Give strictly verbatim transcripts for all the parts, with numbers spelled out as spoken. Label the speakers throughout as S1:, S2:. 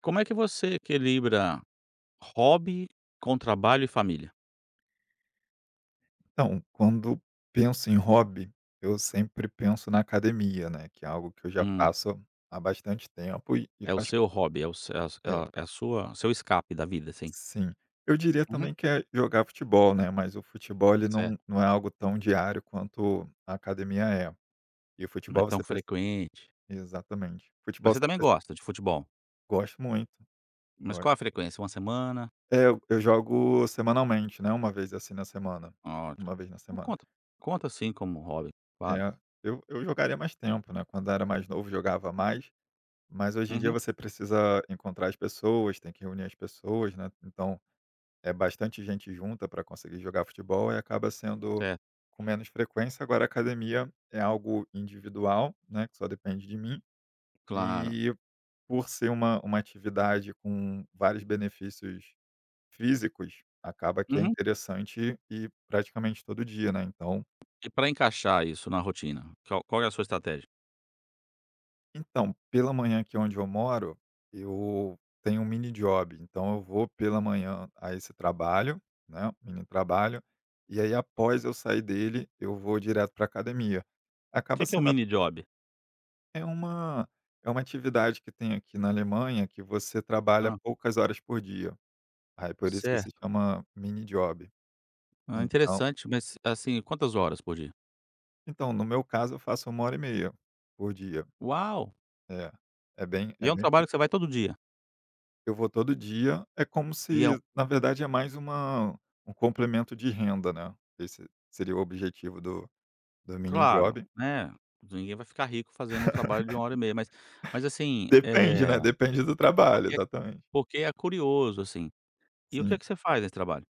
S1: Como é que você equilibra hobby com trabalho e família?
S2: Então, quando penso em hobby, eu sempre penso na academia, né, que é algo que eu já
S1: Hum.
S2: faço há bastante tempo e e
S1: É o
S2: faz
S1: seu hobby, é o seu, é a
S2: é,
S1: sua é a sua seu escape da vida, assim?
S2: sim. Eu diria
S1: Uhum,
S2: também que é jogar futebol, né, mas o futebol ele não
S1: certo.
S2: não é algo tão diário quanto a academia é. E o
S1: Não é
S2: futebol
S1: tão
S2: você preci
S1: frequente,
S2: Exatamente.
S1: mas
S2: Futebol
S1: você
S2: você
S1: também
S2: preci
S1: gosta de futebol,
S2: Gosto muito.
S1: mas
S2: Go
S1: qual a frequência, uma semana?
S2: É, eu eu jogo semanalmente, né, uma vez, assim, na semana.
S1: Ótimo.
S2: Uma vez na
S1: Então
S2: semana.
S1: conta, conta assim como hobby, claro.
S2: É, eu eu jogaria mais tempo, né, quando era mais novo jogava mais. Mas hoje em dia
S1: Uhum,
S2: você precisa encontrar as pessoas, tem que reunir as pessoas, né, então é bastante gente junta para conseguir jogar futebol e acaba sendo
S1: certo,
S2: com menos frequência. Agora a academia é algo individual, né, que só depende de mim,
S1: claro.
S2: e por ser uma uma atividade com vários benefícios físicos, acaba que é
S1: Uhum.
S2: interessante e praticamente todo dia, né, então.
S1: E para encaixar isso na rotina, qual qual é a sua estratégia?
S2: Então, pela manhã aqui onde eu moro, eu tenho um mini job, então eu vou pela manhã a esse trabalho, né, mini trabalho, e aí após eu sair dele, eu vou direto para academia.
S1: O
S2: Acaba
S1: que que é o
S2: sendo
S1: mini job?
S2: até uma é uma atividade que tem aqui na Alemanha que você trabalha
S1: Hã,
S2: poucas horas por dia. Aí por isso que se
S1: certo.
S2: chama mini job.
S1: Ah,
S2: Então
S1: interessante, mas assim, quantas horas por dia?
S2: então no meu caso eu faço uma hora e meia por dia.
S1: Uau!
S2: É, é bem
S1: E
S2: é
S1: é um
S2: bem
S1: trabalho que você vai todo dia,
S2: Eu vou todo dia. É como se
S1: e é um
S2: na verdade é mais uma um complemento de renda, né, esse seria o objetivo do do mini
S1: claro,
S2: job.
S1: né, ninguém vai ficar rico fazendo um trabalho de uma hora e meia, mas mas assim,
S2: Depende,
S1: eh,
S2: né, depende do trabalho,
S1: porque é,
S2: exatamente.
S1: porque é curioso, assim. E o que é
S2: Sim.
S1: que você faz nesse trabalho?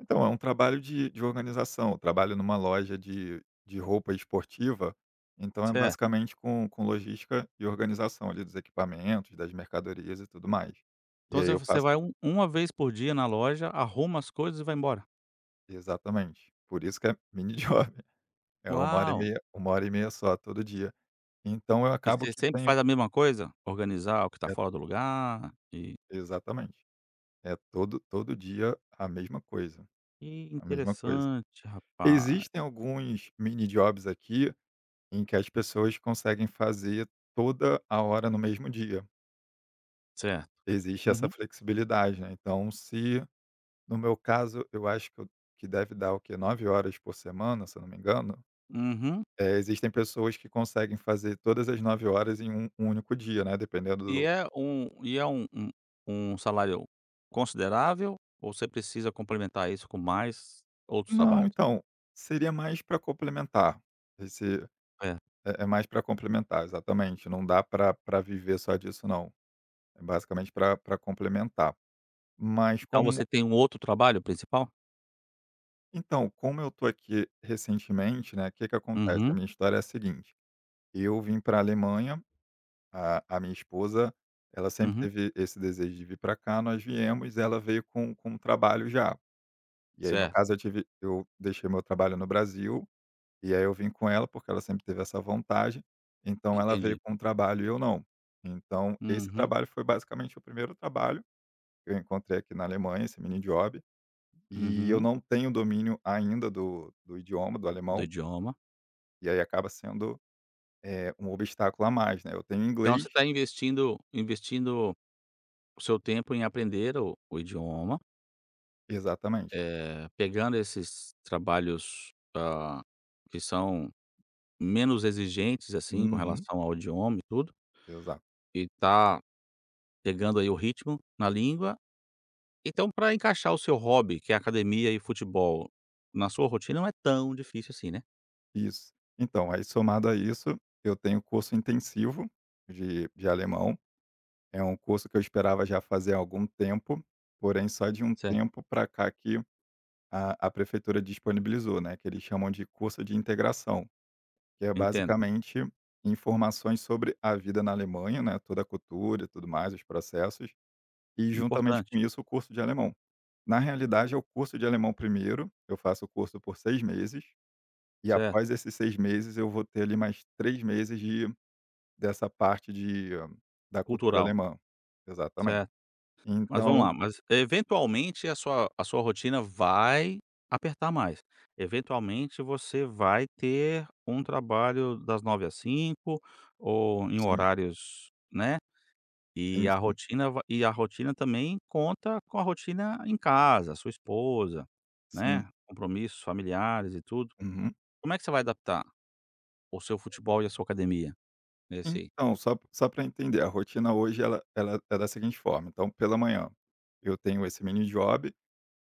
S2: Então é um trabalho de de organização, eu trabalho numa loja de de roupa esportiva, então é
S1: Certo.
S2: basicamente com com logística e organização ali dos equipamentos, das mercadorias e tudo mais. E
S1: Então
S2: aí
S1: você
S2: eu
S1: você
S2: faço
S1: vai um uma vez por dia na loja, arruma as coisas e vai embora.
S2: Exatamente, por isso que é mini job, é uma hora e
S1: Uau!
S2: meia uma hora e meia só todo dia. Então eu
S1: E
S2: acabo
S1: você
S2: que
S1: sempre
S2: tenho
S1: faz a mesma coisa? Organizar o que tá
S2: É,
S1: fora do lugar e
S2: exatamente. É todo todo dia a mesma coisa,
S1: que
S2: a mesma coisa.
S1: interessante, rapaz.
S2: Existem alguns mini jobs aqui, em que as pessoas conseguem fazer toda a hora no mesmo dia.
S1: Certo.
S2: Existe essa
S1: Uhum.
S2: flexibilidade, né, então se no meu caso, eu acho que eu que deve dar o quê? Nove horas por semana, se eu não me engano,
S1: Uhum.
S2: eh, existem pessoas que conseguem fazer todas as nove horas em um um único dia, né, dependendo
S1: E
S2: do.
S1: é um e é um um um salário considerável ou você precisa complementar isso com mais outros
S2: Não,
S1: trabalhos?
S2: então, seria mais para complementar esse.
S1: É.
S2: É é mais para complementar, exatamente. Não dá para pra viver só disso não. É basicamente para pra complementar. Mas
S1: Então você
S2: como
S1: tem um outro trabalho principal?
S2: Então, como eu tô aqui recentemente, né, o que que acontece? A
S1: Uhum,
S2: minha história é a seguinte: eu vim pra Alemanha, a a minha esposa, ela sempre
S1: uhum.
S2: teve esse desejo de vir para cá, nós viemos, ela veio com com um trabalho já. E aí, no
S1: Certo,
S2: caso, eu tive eu deixei meu trabalho no Brasil. E aí eu vim com ela, porque ela sempre teve essa vontade, então ela veio
S1: entendi.
S2: com um trabalho e eu não. Então esse
S1: Uhum,
S2: trabalho foi basicamente o primeiro trabalho que eu encontrei aqui na Alemanha, esse mini job, e eu
S1: uhum.
S2: não tenho domínio ainda do do idioma, do
S1: Do
S2: alemão,
S1: idioma.
S2: e aí acaba sendo, eh, um obstáculo a mais, né, eu tenho
S1: Então
S2: inglês
S1: você está investindo investindo o seu tempo em aprender o o idioma,
S2: exatamente.
S1: eh, pegando esses trabalhos, hã, que são menos exigentes, assim, com
S2: Uhum,
S1: relação ao idioma e tudo,
S2: exato,
S1: e tá pegando aí o ritmo na língua. Então, para encaixar o seu hobby, que é academia e futebol, na sua rotina não é tão difícil assim, né?
S2: isso. Então, aí somado a isso, eu tenho curso intensivo de de alemão. É um curso que eu esperava já fazer há algum tempo, porém só de um
S1: Certo.
S2: tempo para cá que a, a prefeitura disponibilizou, né? Que eles chamam de curso de integração, que é
S1: Entendo.
S2: basicamente informações sobre a vida na Alemanha, né? Toda a cultura e tudo mais, os processos, e juntamente com
S1: Importante.
S2: isso o curso de alemão. Na realidade, é o curso de alemão primeiro, eu faço o curso por seis meses, e
S1: Certo.
S2: após esses seis meses eu vou ter ali mais três meses de, dessa parte de, ah, da cultura
S1: Cultural.
S2: alemã. Exatamente.
S1: Certo. Mas vamos
S2: Então,
S1: lá, mas eventualmente a sua a sua rotina vai apertar mais. Eventualmente você vai ter um trabalho das nove às cinco ou em
S2: sim,
S1: horários, né? E
S2: sim,
S1: a
S2: sim,
S1: rotina va e a rotina também conta com a rotina em casa, sua esposa,
S2: sim.
S1: né, compromissos familiares e tudo.
S2: Uhum.
S1: Como é que você vai adaptar o seu futebol e a sua academia nesse.
S2: Então, só só para entender, a rotina hoje ela ela é da seguinte forma, então pela manhã eu tenho esse mini job,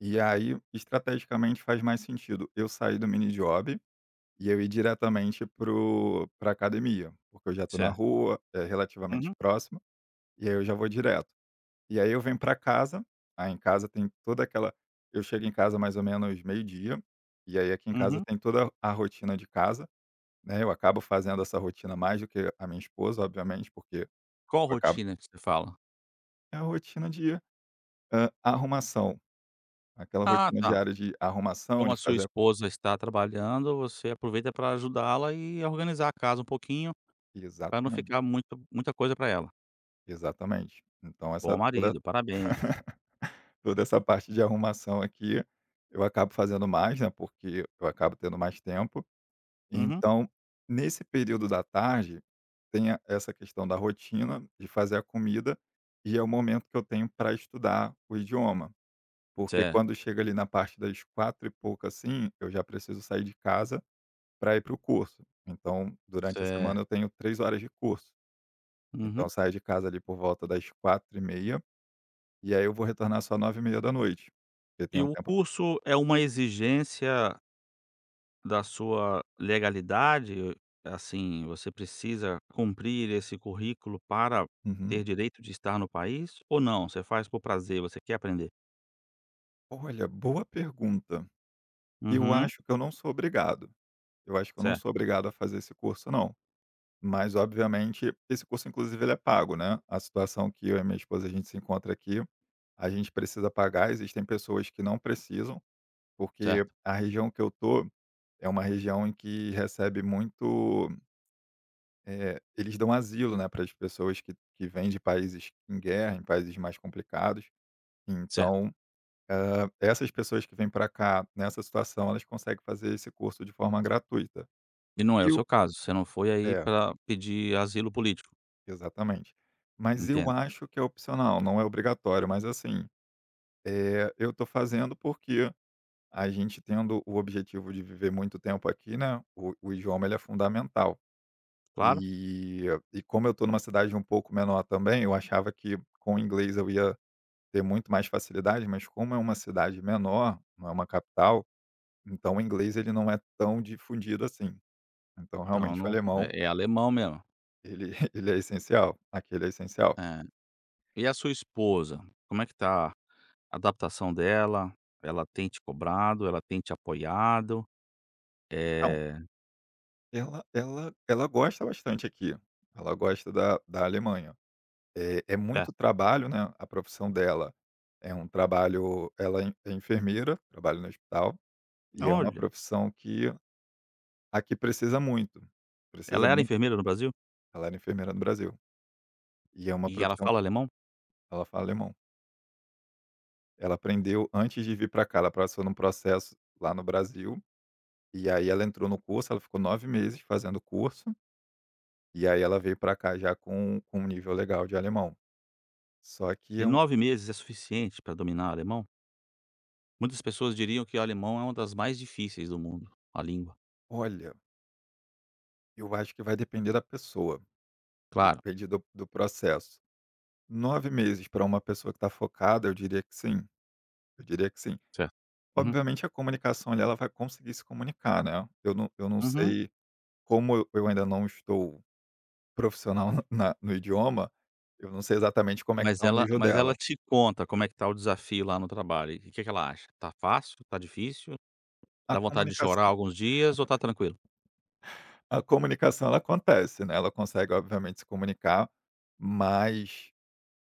S2: e aí estrategicamente faz mais sentido eu sair do mini job e eu ir diretamente para o academia, porque eu já estou na
S1: Certo.
S2: rua, é relativamente
S1: Uhum,
S2: próximo, e aí eu já vou direto. E aí eu venho para casa, aí em casa tem toda aquela eu chego em casa mais ou menos meio-dia, e aí aqui em casa
S1: uhum.
S2: tem toda a rotina de casa. Né, eu acabo fazendo essa rotina mais do que a minha esposa, obviamente, porque
S1: Qual
S2: eu acabo
S1: rotina que você fala?
S2: é a rotina de, hã, arrumação, aquela
S1: Ah,
S2: rotina
S1: tá.
S2: diária de arrumação,
S1: Como
S2: de
S1: a sua
S2: fazer
S1: esposa está trabalhando, você aproveita para ajudá-la e organizar a casa um pouquinho, para não
S2: exatamente,
S1: ficar muito muita coisa para ela.
S2: exatamente. Então essa
S1: Bom
S2: toda
S1: marido, parabéns.
S2: toda essa parte de arrumação aqui, eu acabo fazendo mais, né, porque eu acabo tendo mais tempo.
S1: Uhum.
S2: Então, nesse período da tarde, tem a essa questão da rotina, de fazer a comida, e é o momento que eu tenho para estudar o idioma. Porque
S1: Certo,
S2: quando chega ali na parte das quatro e pouco, assim, eu já preciso sair de casa para ir para o curso. Então, durante a semana
S1: certo.
S2: eu tenho três horas de curso. Então
S1: Uhum.
S2: eu saio de casa ali por volta das quatro e meia e aí eu vou retornar só nove e meia da noite. Eu tenho
S1: E
S2: um
S1: o
S2: tempo.
S1: curso é uma exigência da sua legalidade, assim, você precisa cumprir esse currículo para
S2: Uhum.
S1: ter direito de estar no país ou não? Você faz por prazer, você quer aprender?
S2: Olha, boa pergunta. Eu
S1: Uhum,
S2: acho que eu não sou obrigado. Eu acho que eu não
S1: certo,
S2: sou obrigado a fazer esse curso não. Mas obviamente, esse curso inclusive ele é pago, né, a situação que eu e minha esposa a gente se encontra aqui, a gente precisa pagar, existem pessoas que não precisam, porque
S1: certo,
S2: a região que eu tô, é uma região em que recebe muito, eh, eles dão asilo, né, para as pessoas que que vêm de países em guerra, em países mais complicados,
S1: certo.
S2: então, hã, essas pessoas que vêm para cá nessa situação, elas conseguem fazer esse curso de forma gratuita.
S1: E não é o
S2: E o
S1: seu caso, você não foi aí
S2: É.
S1: para pedir asilo político,
S2: Exatamente. Mas eu
S1: entende?
S2: acho que é opcional, não é obrigatório, mas assim, eh, eu tô fazendo porque a gente tendo o objetivo de viver muito tempo aqui, né, o o idioma ele é fundamental.
S1: Claro.
S2: E e como eu tô numa cidade um pouco menor também, eu achava que com o inglês eu ia ter muito mais facilidade, mas como é uma cidade menor, não é uma capital, então o inglês ele não é tão difundido assim. Então
S1: Então
S2: realmente o
S1: não
S2: alemão
S1: é é alemão mesmo.
S2: ele ele é essencial, aquele é essencial.
S1: É. E a sua esposa, como é que tá a adaptação dela? Ela tem te cobrado? Ela tem te apoiado? Eh,
S2: Ela ela ela gosta bastante aqui, ela gosta da da Alemanha. é é
S1: é,
S2: muito trabalho, né, a profissão dela é um trabalho ela é en é enfermeira, trabalha no hospital, e é uma
S1: olha,
S2: profissão que aqui precisa muito, precisa
S1: ela era
S2: muito.
S1: enfermeira no Brasil?
S2: Ela era enfermeira no Brasil, e é uma
S1: E ela
S2: profissão
S1: fala alemão?
S2: ela fala alemão. Ela aprendeu antes de vir para cá, ela passou num processo lá no Brasil, e aí ela entrou no curso, ela ficou nove meses fazendo o curso, e aí ela veio para cá já com com um nível legal de alemão. Só que
S1: E
S2: é um.
S1: nove meses é suficiente para dominar o alemão? Muitas pessoas diriam que o alemão é uma das mais difíceis do mundo, a língua.
S2: Olha, eu acho que vai depender da pessoa,
S1: Claro.
S2: depende do do processo. Nove meses para uma pessoa que está focada, eu diria que sim, eu diria que sim.
S1: Certo. Uhum,
S2: Obviamente a comunicação ali, ela vai conseguir se comunicar, né. Eu não eu não
S1: uhum.
S2: sei como eu eu ainda não estou profissional na no idioma, eu não sei exatamente como é que
S1: Mas
S2: está o
S1: ela
S2: nível
S1: mas ela
S2: dela.
S1: te conta como é que tá o desafio lá no trabalho, e o que que ela acha? Tá fácil? Tá difícil?
S2: A
S1: Dá vontade de chorar
S2: comunicação
S1: alguns dias ou tá tranquilo?
S2: a comunicação ela acontece, né, ela consegue obviamente se comunicar, mas.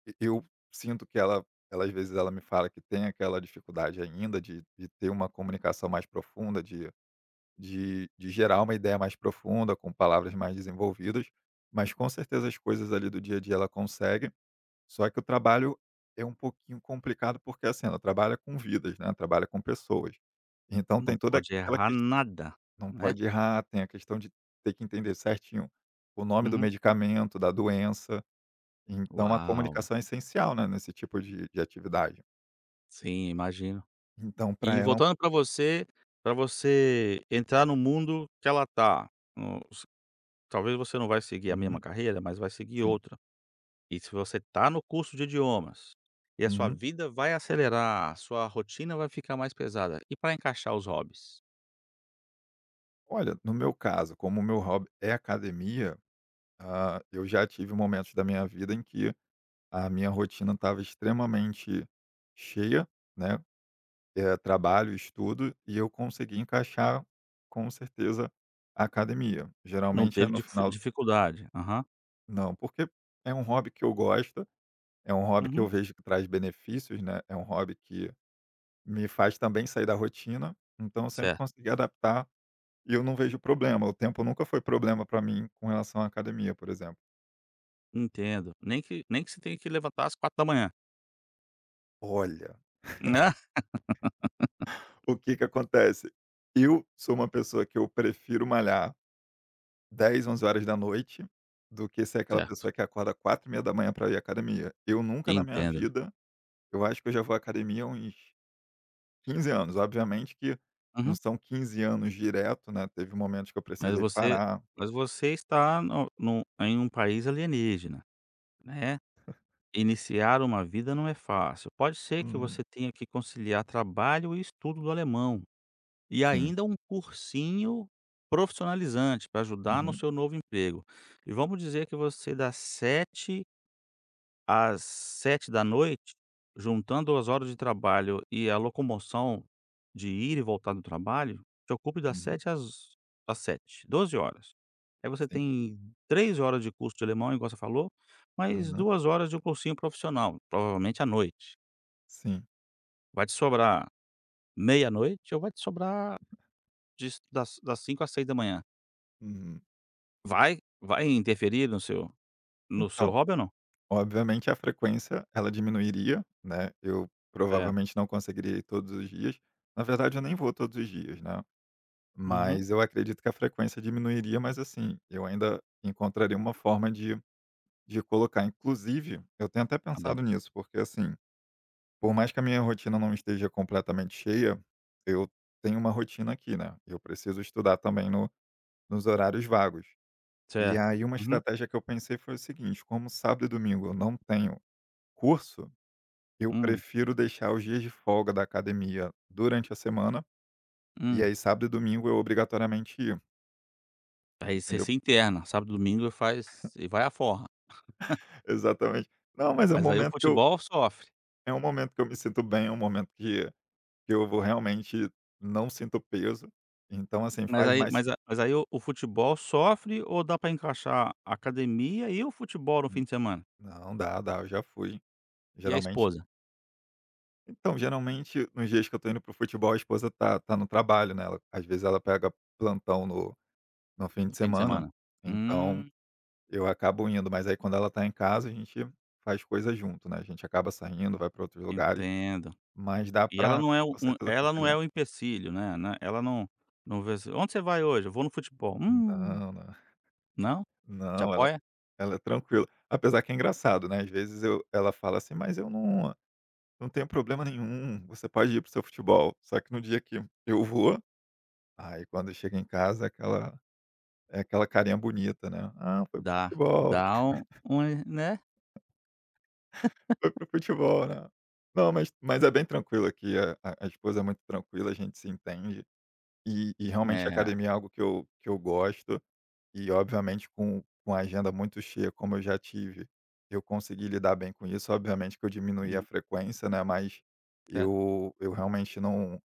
S2: E eu Sinto que ela ela às vezes ela me fala que tem aquela dificuldade ainda de de ter uma comunicação mais profunda, de de de gerar uma ideia mais profunda, com palavras mais desenvolvidas, mas com certeza as coisas ali do dia a dia ela consegue, só que o trabalho é um pouquinho complicado, porque assim, ela trabalha com vidas, né, trabalha com pessoas. Então
S1: Não
S2: tem toda
S1: pode
S2: aquela
S1: errar
S2: questão
S1: nada,
S2: não
S1: né.
S2: pode errar, tem a questão de ter que entender certinho o nome do
S1: Uhum.
S2: medicamento, da doença. Então a
S1: Uau!
S2: comunicação é essencial, né, nesse tipo de de atividade.
S1: Sim, imagino.
S2: Então para
S1: E
S2: ela é um
S1: voltando para você para você entrar no mundo que ela tá, no. Talvez você não vai seguir a mesma
S2: Uhum,
S1: carreira, mas vai seguir
S2: sim.
S1: outra. E se você está no curso de idiomas, e a sua
S2: Uhum.
S1: vida vai acelerar, a sua rotina vai ficar mais pesada. E para encaixar os hobbies?
S2: Olha, no meu caso, como o meu hobby é academia, ah, eu já tive momentos da minha vida em que a minha rotina estava extremamente cheia, né, eh, trabalho, estudo, e eu consegui encaixar, com certeza, a academia.
S1: Não
S2: Geralmente é
S1: teve
S2: no
S1: dif
S2: final
S1: dificuldade. Aham.
S2: Não, porque é um hobby que eu gosto, é um hobby que eu
S1: Uhum.
S2: vejo que traz benefícios, né, é um hobby que me faz também sair da rotina, então eu sempre
S1: Certo,
S2: consegui adaptar e eu não vejo problema, o tempo nunca foi problema para mim com relação à academia, por exemplo.
S1: entendo. Nem que nem que você tenha que levantar às quatro da manhã.
S2: Olha,
S1: Né.
S2: o que que acontece? Eu sou uma pessoa que eu prefiro malhar dez, onze horas da noite do que ser aquela
S1: Certo,
S2: pessoa que acorda quatro e meia da manhã para ir à academia. Eu nunca na minha
S1: entendo.
S2: vida Eu acho que eu já vou à academia há uns quinze anos, obviamente que não
S1: Uhum.
S2: são quinze anos direto, né, teve momentos que eu
S1: Mas
S2: precisei
S1: você
S2: parar.
S1: mas você está no num em um país alienígena, né. Iniciar uma vida não é fácil. Pode ser que
S2: Uhum.
S1: você tenha que conciliar trabalho e estudo do alemão, e
S2: Sim.
S1: ainda um cursinho profissionalizante para ajudar no
S2: Uhum,
S1: seu novo emprego. E vamos dizer que você dá sete às sete da noite, juntando as horas de trabalho e a locomoção de ir e voltar do trabalho, te ocupe das
S2: uhum.
S1: sete às às sete, doze horas. Aí você
S2: Sim.
S1: tem três horas de curso de alemão, igual você falou, mais
S2: Aham,
S1: duas horas de um cursinho profissional, provavelmente à noite.
S2: sim.
S1: Vai te sobrar meia-noite ou vai te sobrar dis das das cinco às seis da manhã?
S2: Uhum.
S1: Vai vai interferir no seu no seu
S2: Então,
S1: hobby ou não?
S2: obviamente a frequência ela diminuiria, né, eu
S1: Certo.
S2: provavelmente não conseguiria ir todos os dias. Na verdade eu nem vou todos os dias, né,
S1: Uhum.
S2: mas eu acredito que a frequência diminuiria, mas assim, eu ainda encontraria uma forma de de colocar. Inclusive, eu tenho até pensado
S1: Adap-
S2: nisso, porque assim, por mais que a minha rotina não esteja completamente cheia, eu tenho uma rotina aqui, né, eu preciso estudar também no nos horários vagos. E
S1: Certo.
S2: aí uma
S1: Uhum.
S2: estratégia que eu pensei foi o seguinte: como sábado e domingo eu não tenho curso, eu
S1: Hum,
S2: prefiro deixar os dias de folga da academia durante a semana, e
S1: hum.
S2: aí sábado e domingo eu obrigatoriamente ir,
S1: Aí você
S2: entendeu?
S1: se interna, sábado, domingo faz e vai à forra.
S2: Exatamente. Não, mas é um
S1: Mas aí o
S2: momento que eu
S1: futebol sofre.
S2: é um momento que eu me sinto bem, é um momento que que eu vou realmente não sinto peso. Então, assim,
S1: Mas
S2: faz
S1: aí
S2: mais
S1: mas
S2: sen.
S1: a mas aí o o futebol sofre ou dá pra encaixar a academia e o futebol no
S2: Hum,
S1: fim de semana?
S2: não, dá, dá, eu já fui.
S1: E a
S2: Geralmente
S1: esposa
S2: Então, geralmente nos dias que eu tô indo pro futebol, a esposa tá tá no trabalho, né, ela às vezes ela pega plantão no. No fim
S1: no
S2: de
S1: fim de
S2: semana,
S1: semana?
S2: então
S1: Hum,
S2: eu acabo indo, mas aí quando ela tá em casa a gente faz coisa junto, né, a gente acaba saindo, vai para outros lugares,
S1: entendo.
S2: mas dá
S1: E ela
S2: pra
S1: não é o-
S2: com
S1: um
S2: certeza
S1: ela não é
S2: conciliar.
S1: o empecilho, né, né, ela não não vê assim: "Onde você vai hoje?" "Eu vou no futebol". "Hum,
S2: Não, não,
S1: não? Te
S2: não, ela
S1: apoia?"
S2: ela é tranquila. Apesar que é engraçado, né, às vezes eu ela fala assim: "Mas eu não não tenho problema nenhum, você pode ir para o seu futebol", só que no dia que eu vou, aí quando chega em casa é aquela é aquela carinha bonita, né: "Ah, foi para
S1: Dá
S2: futebol".
S1: dá um um, né,
S2: Foi pro futebol, né. Não, mas mas é bem tranquilo aqui, a a a esposa é muito tranquila, a gente se entende, e e realmente a
S1: né,
S2: academia é algo que eu que eu gosto, e obviamente com com a agenda muito cheia como eu já tive, eu consegui lidar bem com isso, obviamente que eu diminuí a
S1: hum,
S2: frequência, né, mas
S1: tá
S2: eu eu realmente não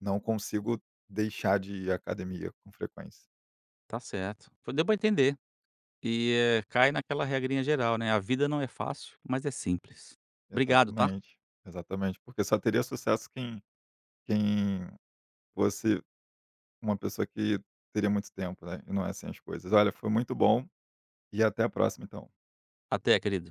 S2: não consigo deixar de ir à academia com frequência.
S1: tá certo. Foi deu pra entender. E, eh, cai naquela regrinha geral, né, a vida não é fácil, mas é simples. Obrigado, tá?
S2: Exatamente, exatamente, porque só teria sucesso quem quem fosse uma pessoa que teria muito tempo, né, e não é assim as coisas. Olha, foi muito bom e até a próxima então.
S1: Até, querido.